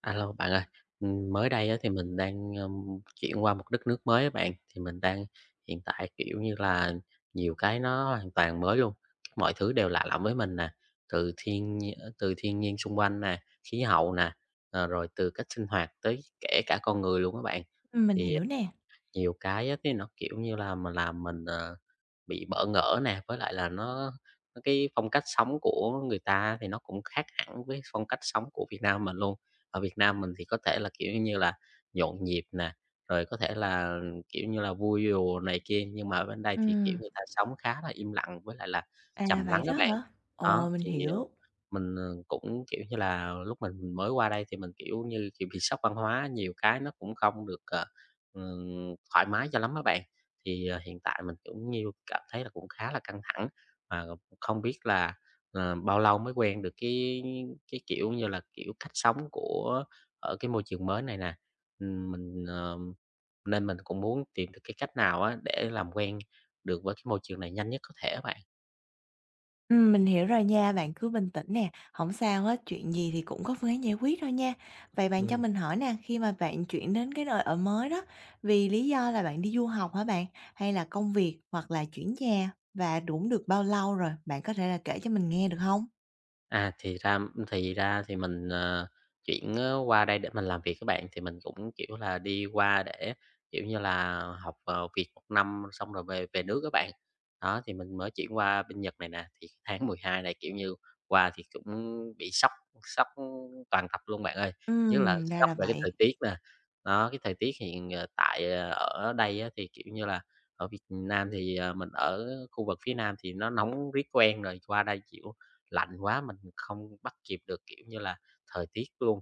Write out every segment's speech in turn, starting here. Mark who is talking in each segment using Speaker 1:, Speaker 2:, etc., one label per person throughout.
Speaker 1: Alo, bạn ơi, mới đây á thì mình đang, chuyển qua một đất nước mới á bạn, thì mình đang hiện tại, kiểu như là, nhiều cái nó hoàn toàn mới luôn, mọi thứ đều lạ lẫm với mình nè, từ thiên nhiên xung quanh nè, khí hậu nè, rồi từ cách sinh hoạt tới kể cả con người luôn các bạn.
Speaker 2: Mình
Speaker 1: Thì,
Speaker 2: hiểu nè.
Speaker 1: nhiều cái á, cái nó, kiểu như là, mà làm mình, bị bỡ ngỡ nè, với lại là nó cái phong cách sống của người ta thì nó cũng khác hẳn với phong cách sống của Việt Nam mình luôn. Ở Việt Nam mình thì có thể là, kiểu như là, nhộn nhịp nè, rồi có thể là, kiểu như là, vui đùa này kia, nhưng mà ở bên đây thì, kiểu,
Speaker 2: Ừm,
Speaker 1: người ta sống khá là im lặng với lại là trầm lắng
Speaker 2: Vậy đó
Speaker 1: các bạn.
Speaker 2: hả? Ồ,
Speaker 1: Đó,
Speaker 2: mình
Speaker 1: thì,
Speaker 2: hiểu.
Speaker 1: mình, cũng, kiểu như là, lúc mình mới qua đây thì mình, kiểu như, kiểu, bị sốc văn hóa, nhiều cái nó cũng không được, thoải mái cho lắm các bạn. Thì, hiện tại mình cũng như cảm thấy là cũng khá là căng thẳng và không biết là, bao lâu mới quen được cái, kiểu như là, kiểu, cách sống của ở cái môi trường mới này nè. Mình nên mình cũng muốn tìm được cái cách nào á để làm quen được với cái môi trường này nhanh nhất có thể các bạn.
Speaker 2: Mình hiểu rồi nha, bạn cứ bình tĩnh nè, không sao hết, chuyện gì thì cũng có phương án giải quyết thôi nha. Vậy bạn cho
Speaker 1: Ừm.
Speaker 2: mình hỏi nè, khi mà bạn chuyển đến cái nơi ở mới đó, vì lý do là bạn đi du học hả bạn? Hay là công việc hoặc là chuyển nhà? Và cũng được bao lâu rồi? Bạn có thể là kể cho mình nghe được không?
Speaker 1: À, thì ra thì mình, chuyển á qua đây để mình làm việc các bạn, thì mình cũng, kiểu là, đi qua để, kiểu như là, học, việc 1 năm xong rồi về về nước các bạn. Đó, thì mình mới chuyển qua bên Nhật này nè, thì tháng 12 này, kiểu như, qua thì cũng bị sốc sốc toàn tập luôn bạn ơi, nhất là
Speaker 2: Ra
Speaker 1: sốc
Speaker 2: là
Speaker 1: về cái
Speaker 2: vậy.
Speaker 1: thời tiết nè. Đó, cái thời tiết hiện, tại, ở đây á thì, kiểu như là, ở Việt Nam thì, mình ở khu vực phía Nam thì nó nóng riết quen rồi, qua đây, chịu lạnh quá mình không bắt kịp được, kiểu như là, thời tiết luôn.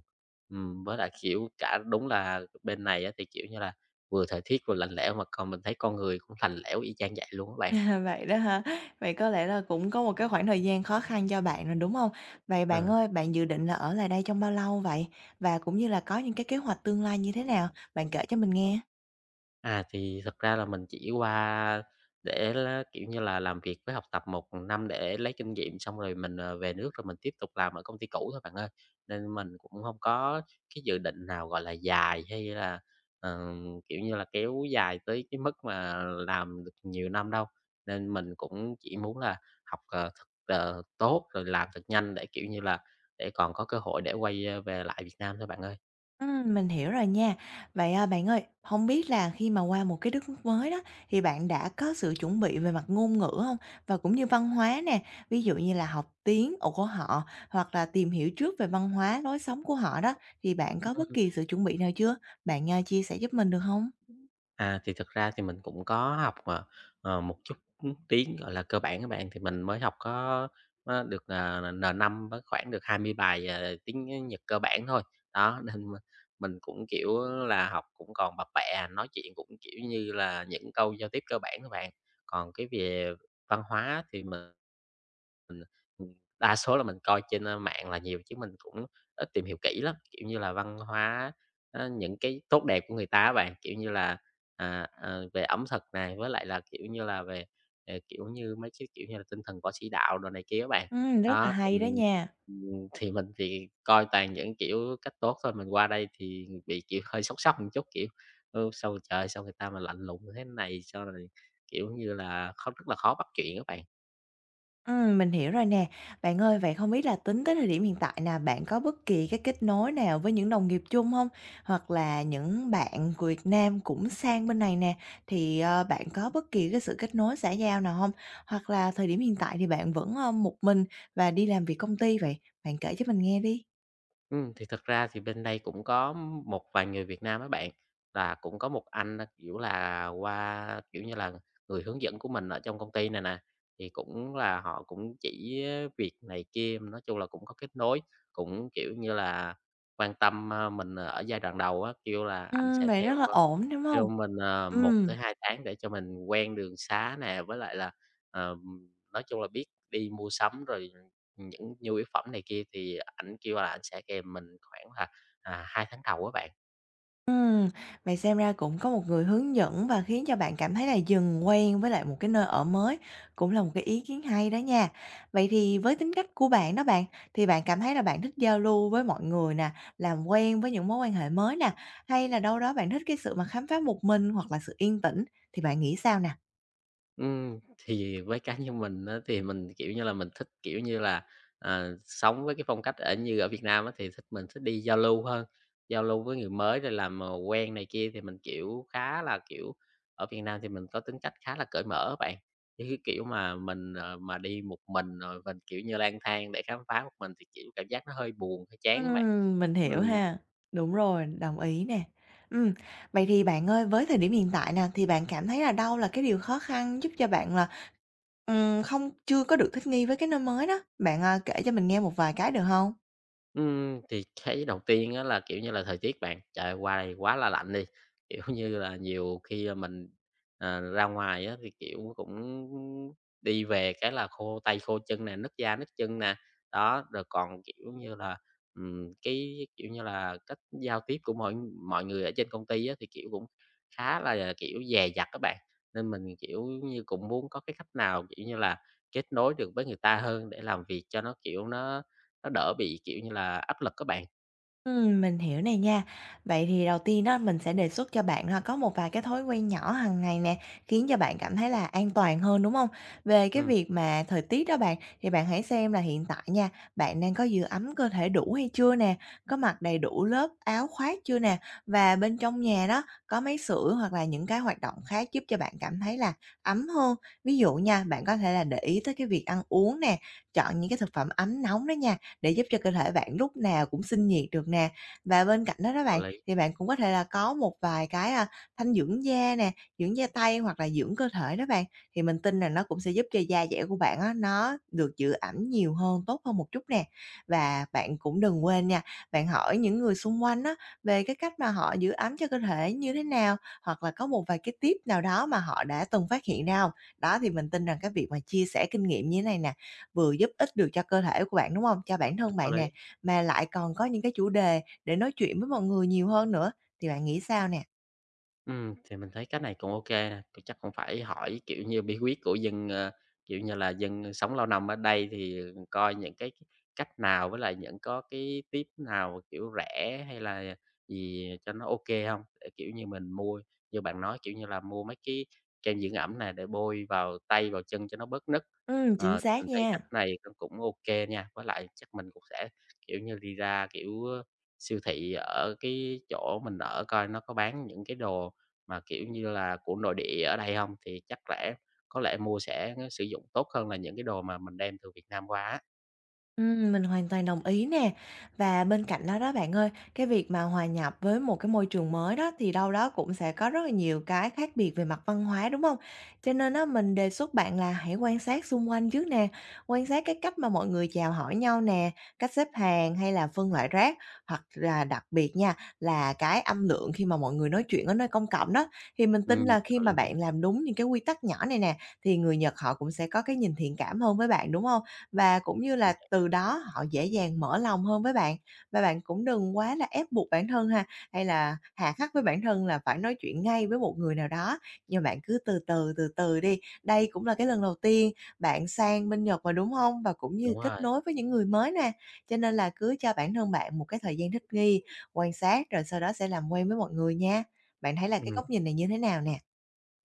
Speaker 1: Với lại, kiểu, cả đúng là bên này á thì, kiểu như là, vừa thời tiết vừa lạnh lẽo mà còn mình thấy con người cũng lạnh lẽo y chang vậy luôn các bạn.
Speaker 2: À, vậy đó hả? Vậy có lẽ là cũng có một cái khoảng thời gian khó khăn cho bạn rồi, đúng không? Vậy bạn
Speaker 1: Ờ.
Speaker 2: ơi, bạn dự định là ở lại đây trong bao lâu vậy? Và cũng như là có những cái kế hoạch tương lai như thế nào? Bạn kể cho mình nghe.
Speaker 1: À, thì thật ra là mình chỉ qua để lá kiểu như là, làm việc với học tập 1 năm để lấy kinh nghiệm xong rồi mình, về nước rồi mình tiếp tục làm ở công ty cũ thôi bạn ơi. Nên mình cũng không có cái dự định nào, gọi là, dài hay là, ờ, kiểu như là, kéo dài tới cái mức mà làm được nhiều năm đâu. Nên mình cũng chỉ muốn là học, thật, tốt rồi làm thật nhanh để, kiểu như là, để còn có cơ hội để quay, về lại Việt Nam thôi bạn ơi.
Speaker 2: Mình hiểu rồi nha. Vậy bạn ơi, không biết là khi mà qua một cái đất nước mới đó, thì bạn đã có sự chuẩn bị về mặt ngôn ngữ không? Và cũng như văn hóa nè, ví dụ như là học tiếng của họ, hoặc là tìm hiểu trước về văn hóa, lối sống của họ đó, thì bạn có bất kỳ sự chuẩn bị nào chưa? Bạn chia sẻ giúp mình được không?
Speaker 1: À, thì thực ra thì mình cũng có học, một chút, tiếng, gọi là, cơ bản các bạn, thì mình mới học có được, n năm với khoảng được 20 bài, tiếng Nhật cơ bản thôi. Đó, nên m mình cũng, kiểu là, học cũng còn bập bẹ à, nói chuyện cũng, kiểu như là, những câu giao tiếp cơ bản các bạn. Còn cái về văn hóa thì mình, ừm, đa số là mình coi trên, mạng là nhiều chứ mình cũng ít tìm hiểu kỹ lắm, kiểu như là, văn hóa, những cái tốt đẹp của người ta á bạn, kiểu như là, về ẩm thực này, với lại là, kiểu như là, về, kiểu như, mấy cái, kiểu như là, tinh thần võ sĩ đạo đồ này kia á bạn.
Speaker 2: Rất là
Speaker 1: Đó,
Speaker 2: hay đó nha.
Speaker 1: thì mình thì coi toàn những, kiểu, cách tốt thôi, mình qua đây thì bị, kiểu, hơi sốc sốc một chút, kiểu, ừ, sao trời, sao người ta mà lạnh lùng thế này, sao rồi, kiểu như là, khó rất là khó bắt chuyện các bạn.
Speaker 2: Mình hiểu rồi nè. Bạn ơi, vậy không biết là tính tới thời điểm hiện tại nè, bạn có bất kỳ cái kết nối nào với những đồng nghiệp chung hông? Hoặc là những bạn của Việt Nam cũng sang bên này nè, thì bạn có bất kỳ cái sự kết nối xã giao nào hông? Hoặc là thời điểm hiện tại thì bạn vẫn, một mình và đi làm việc công ty vậy? Bạn kể cho mình nghe đi.
Speaker 1: Thì thật ra thì bên đây cũng có một vài người Việt Nam á bạn, là cũng có một anh, kiểu là, qua, kiểu như là, người hướng dẫn của mình ở trong công ty này nè, thì cũng là họ cũng chỉ việc này kia, nói chung là cũng có kết nối, cũng, kiểu như là, quan tâm, mình ở giai đoạn đầu á, kêu là ảnh sẽ
Speaker 2: Vậy rất là ổn, đúng hông?
Speaker 1: theo mình, 1 tới
Speaker 2: Ừm.
Speaker 1: 2 tháng để cho mình quen đường xá nè, với lại là, ờm, nói chung là biết đi mua sắm rồi những nhu yếu phẩm này kia thì ảnh kêu là ảnh sẽ kèm mình khoảng là, 2 tháng đầu á bạn.
Speaker 2: Ừm, vậy xem ra cũng có một người hướng dẫn và khiến cho bạn cảm thấy là dần quen với lại một cái nơi ở mới, cũng là một cái ý kiến hay đó nha. Vậy thì với tính cách của bạn đó bạn, thì bạn cảm thấy là bạn thích giao lưu với mọi người nè, làm quen với những mối quan hệ mới nè, hay là đâu đó bạn thích cái sự mà khám phá một mình hoặc là sự yên tĩnh, thì bạn nghĩ sao nè?
Speaker 1: Thì với cá nhân mình á, thì mình, kiểu như là, mình thích, kiểu như là, sống với cái phong cách ở như ở Việt Nam á, thì thích mình thích đi giao lưu hơn, giao lưu với người mới rồi làm, quen này kia thì mình, kiểu, khá là, kiểu ở Việt Nam thì mình có tính cách khá là cởi mở á bạn. Chứ cái kiểu mà mình, mà đi một mình rồi mình, kiểu như, lang thang để khám phá một mình thì, kiểu, cảm giác nó hơi buồn, hơi chán các bạn.
Speaker 2: Mình hiểu
Speaker 1: Ừm.
Speaker 2: ha. Đúng rồi, đồng ý nè. Ừm, vậy thì bạn ơi, với thời điểm hiện tại nè, thì bạn cảm thấy là đâu là cái điều khó khăn giúp cho bạn là không, chưa có được thích nghi với cái nơi mới đó. Bạn kể cho mình nghe một vài cái được không?
Speaker 1: Thì cái đầu tiên á là, kiểu như là, thời tiết bạn, trời ơi, qua đây quá là lạnh đi, kiểu như là, nhiều khi, mình, ra ngoài á thì, kiểu, cũng đi về cái là khô tay khô chân nè, nứt da nứt chân nè. Đó, rồi còn, kiểu như là, cái, kiểu như là, cách giao tiếp của mọi mọi người ở trên công ty á thì, kiểu, cũng khá là, kiểu, dè dặt á bạn, nên mình, kiểu như, cũng muốn có cái cách nào, kiểu như là, kết nối được với người ta hơn để làm việc cho nó, kiểu, nó đỡ bị, kiểu như là, áp lực các bạn.
Speaker 2: Mình hiểu này nha. Vậy thì đầu tiên đó mình sẽ đề xuất cho bạn ha, có một vài cái thói quen nhỏ hàng ngày nè, khiến cho bạn cảm thấy là an toàn hơn, đúng không? Về cái
Speaker 1: Ừm,
Speaker 2: việc mà thời tiết đó bạn, thì bạn hãy xem là hiện tại nha, bạn đang có giữ ấm cơ thể đủ hay chưa nè, có mặc đầy đủ lớp áo khoác chưa nè, và bên trong nhà đó có máy sưởi hoặc là những cái hoạt động khác giúp cho bạn cảm thấy là ấm hơn. Ví dụ nha, bạn có thể là để ý tới cái việc ăn uống nè, chọn những cái thực phẩm ấm nóng đó nha để giúp cho cơ thể bạn lúc nào cũng sinh nhiệt được nè. Và bên cạnh đó đó
Speaker 1: có
Speaker 2: bạn,
Speaker 1: lý,
Speaker 2: thì bạn cũng có thể là có một vài cái thanh dưỡng da nè, dưỡng da tay hoặc là dưỡng cơ thể đó bạn, thì mình tin là nó cũng sẽ giúp cho da dẻ của bạn á, nó được giữ ẩm nhiều hơn, tốt hơn một chút nè. Và bạn cũng đừng quên nha, bạn hỏi những người xung quanh á, về cái cách mà họ giữ ấm cho cơ thể như thế nào, hoặc là có một vài cái tip nào đó mà họ đã từng phát hiện ra hông? Đó, thì mình tin rằng cái việc mà chia sẻ kinh nghiệm như thế này nè, vừa giúp ích được cho cơ thể của bạn, đúng không? Cho bản thân
Speaker 1: có
Speaker 2: bạn
Speaker 1: lý.
Speaker 2: nè, mà lại còn có những cái chủ đề để nói chuyện với mọi người nhiều hơn nữa, thì bạn nghĩ sao nè?
Speaker 1: Thì mình thấy cái này cũng ok nè, thì chắc cũng phải hỏi, kiểu như, bí quyết của dân, kiểu như là, dân sống lâu năm ở đây thì ừ, coi những cái cách nào với lại những có cái tip nào, kiểu, rẻ hay là gì cho nó ok không? Để, kiểu như, mình mua như bạn nói, kiểu như là, mua mấy cái kem dưỡng ẩm này để bôi vào tay, vào chân cho nó bớt nứt.
Speaker 2: Ừ, chính
Speaker 1: Ờ, mình
Speaker 2: xác
Speaker 1: thấy
Speaker 2: nha.
Speaker 1: cách này nó cũng ok nha, với lại chắc mình cũng sẽ, kiểu như, đi ra, kiểu, siêu thị ở cái chỗ mình ở coi nó có bán những cái đồ mà, kiểu như là, của nội địa ở đây không? Thì chắc lẽ có lẽ mua sẽ sử dụng tốt hơn là những cái đồ mà mình đem từ Việt Nam qua á.
Speaker 2: Mình hoàn toàn đồng ý nè. Và bên cạnh đó đó bạn ơi, cái việc mà hòa nhập với một cái môi trường mới đó thì đâu đó cũng sẽ có rất là nhiều cái khác biệt về mặt văn hóa, đúng không? Cho nên đó mình đề xuất bạn là hãy quan sát xung quanh trước nè, quan sát cái cách mà mọi người chào hỏi nhau nè, cách xếp hàng hay là phân loại rác, hoặc là đặc biệt nha, là cái âm lượng khi mà mọi người nói chuyện ở nơi công cộng đó. Thì mình tin là khi
Speaker 1: Có
Speaker 2: mà
Speaker 1: lý,
Speaker 2: bạn làm đúng những cái quy tắc nhỏ này nè, thì người Nhật họ cũng sẽ có cái nhìn thiện cảm hơn với bạn, đúng không? Và cũng như
Speaker 1: ừm,
Speaker 2: là từ đó họ dễ dàng mở lòng hơn với bạn. Và bạn cũng đừng quá là ép buộc bản thân ha, hay là hà khắc với bản thân là phải nói chuyện ngay với một người nào đó, nhưng bạn cứ từ từ, từ từ đi. Đây cũng là cái lần đầu tiên bạn sang bên Nhật mà, đúng không? Và cũng như
Speaker 1: đúng
Speaker 2: kết
Speaker 1: rồi,
Speaker 2: nối với những người mới nè, cho nên là cứ cho bản thân bạn một cái thời gian thích nghi, quan sát rồi sau đó sẽ làm quen với mọi người nha. Bạn thấy là cái
Speaker 1: ừm.
Speaker 2: góc nhìn này như thế nào nè?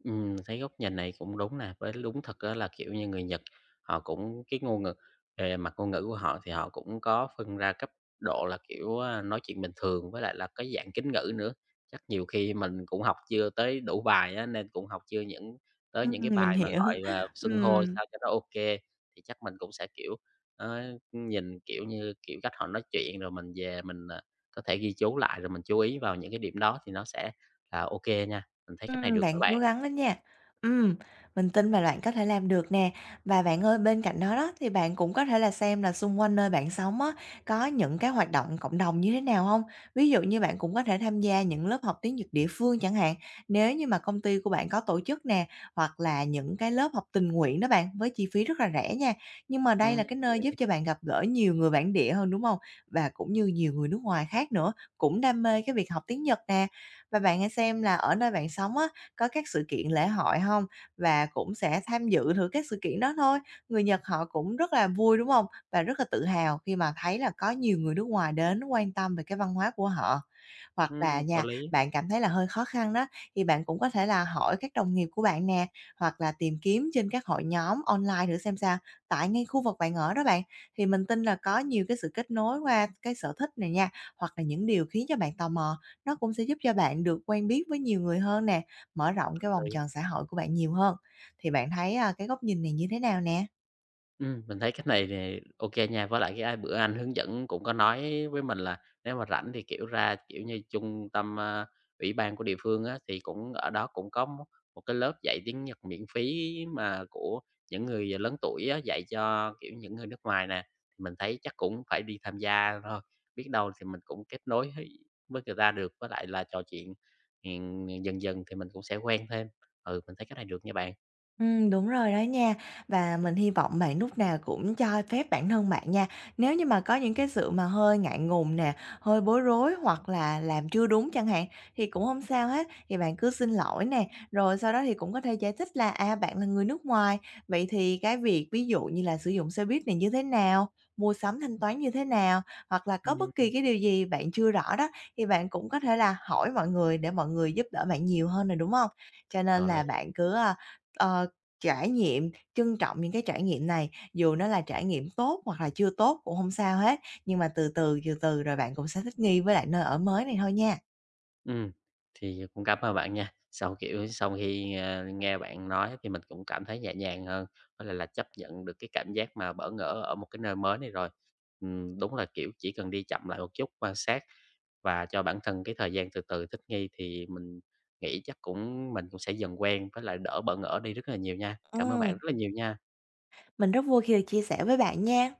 Speaker 1: Thấy góc nhìn này cũng đúng nè, với đúng thật á là, kiểu như, người Nhật họ cũng cái ngôn ngữ về mặt ngôn ngữ của họ thì họ cũng có phân ra cấp độ là, kiểu, nói chuyện bình thường với lại là cái dạng kính ngữ nữa. Chắc nhiều khi mình cũng học chưa tới đủ bài á, nên cũng học chưa những tới những cái
Speaker 2: Mình
Speaker 1: bài mà
Speaker 2: hiểu.
Speaker 1: gọi là
Speaker 2: ừ
Speaker 1: xưng hô sao cho nó ok thì chắc mình cũng sẽ, kiểu, ờ, nhìn, kiểu như, kiểu, cách họ nói chuyện rồi mình về mình, có thể ghi chú lại rồi mình chú ý vào những cái điểm đó thì nó sẽ là ok nha. Mình thấy cách này được các
Speaker 2: Bạn
Speaker 1: bạn.
Speaker 2: cố gắng lên nha. Ừm, mình tin là bạn có thể làm được nè. Và bạn ơi, bên cạnh đó đó thì bạn cũng có thể là xem là xung quanh nơi bạn sống á, có những cái hoạt động cộng đồng như thế nào không? Ví dụ như bạn cũng có thể tham gia những lớp học tiếng Nhật địa phương chẳng hạn, nếu như mà công ty của bạn có tổ chức nè, hoặc là những cái lớp học tình nguyện đó bạn, với chi phí rất là rẻ nha. Nhưng mà đây
Speaker 1: Ừm,
Speaker 2: là cái nơi
Speaker 1: vậy
Speaker 2: giúp
Speaker 1: hả?
Speaker 2: cho bạn gặp gỡ nhiều người bản địa hơn, đúng không? Và cũng như nhiều người nước ngoài khác nữa, cũng đam mê cái việc học tiếng Nhật nè. Và bạn hãy xem là ở nơi bạn sống á, có các sự kiện lễ hội hông? Và cũng sẽ tham dự thử các sự kiện đó thôi. Người Nhật họ cũng rất là vui, đúng hông? Và rất là tự hào khi mà thấy là có nhiều người nước ngoài đến quan tâm về cái văn hóa của họ. Hoặc là
Speaker 1: Có
Speaker 2: nha,
Speaker 1: lý,
Speaker 2: bạn cảm thấy là hơi khó khăn đó, thì bạn cũng có thể là hỏi các đồng nghiệp của bạn nè, hoặc là tìm kiếm trên các hội nhóm online thử xem sao, tại ngay khu vực bạn ở đó bạn. Thì mình tin là có nhiều cái sự kết nối qua cái sở thích này nha, hoặc là những điều khiến cho bạn tò mò. Nó cũng sẽ giúp cho bạn được quen biết với nhiều người hơn nè, mở rộng cái
Speaker 1: có
Speaker 2: vòng
Speaker 1: lý.
Speaker 2: tròn xã hội của bạn nhiều hơn. Thì bạn thấy cái góc nhìn này như thế nào nè?
Speaker 1: Mình thấy cách này thì ô kê nha, với lại cái, bữa anh hướng dẫn cũng có nói với mình là nếu mà rảnh thì, kiểu, ra, kiểu như, trung tâm, ủy ban của địa phương á, thì cũng ở đó cũng có một một cái lớp dạy tiếng Nhật miễn phí mà của những người lớn tuổi á, dạy cho, kiểu, những người nước ngoài nè. Mình thấy chắc cũng phải đi tham gia thôi, biết đâu thì mình cũng kết nối với người ta được, với lại là trò chuyện, dần dần thì mình cũng sẽ quen thêm. Ừ, mình thấy cách này được nha bạn.
Speaker 2: Đúng rồi đó nha. Và mình hy vọng bạn lúc nào cũng cho phép bản thân bạn nha. Nếu như mà có những cái sự mà hơi ngại ngùng nè, hơi bối rối hoặc là làm chưa đúng chẳng hạn, thì cũng không sao hết, thì bạn cứ xin lỗi nè, rồi sau đó thì cũng có thể giải thích là, à, bạn là người nước ngoài, vậy thì cái việc ví dụ như là sử dụng xe buýt này như thế nào, mua sắm thanh toán như thế nào, hoặc là có bất
Speaker 1: Ừm,
Speaker 2: kỳ cái điều gì bạn chưa rõ đó, thì bạn cũng có thể là hỏi mọi người để mọi người giúp đỡ bạn nhiều hơn nè, đúng không? Cho nên
Speaker 1: có lý.
Speaker 2: là bạn cứ, a, ờ trải nghiệm, trân trọng những cái trải nghiệm này, dù nó là trải nghiệm tốt hoặc là chưa tốt cũng không sao hết, nhưng mà từ từ, từ từ rồi bạn cũng sẽ thích nghi với lại nơi ở mới này thôi nha.
Speaker 1: Ừm, thì cũng cảm ơn bạn nha. Sau, kiểu, sau khi, nghe bạn nói thì mình cũng cảm thấy nhẹ nhàng hơn, với lại là chấp nhận được cái cảm giác mà bỡ ngỡ ở một cái nơi mới này rồi. Đúng là, kiểu, chỉ cần đi chậm lại một chút, quan sát và cho bản thân cái thời gian từ từ thích nghi thì mình nghĩ chắc cũng mình cũng sẽ dần quen với lại đỡ bỡ ngỡ đi rất là nhiều nha. Cảm ơn bạn
Speaker 2: Ừm,
Speaker 1: rất là nhiều nha.
Speaker 2: mình rất vui khi được chia sẻ với bạn nha.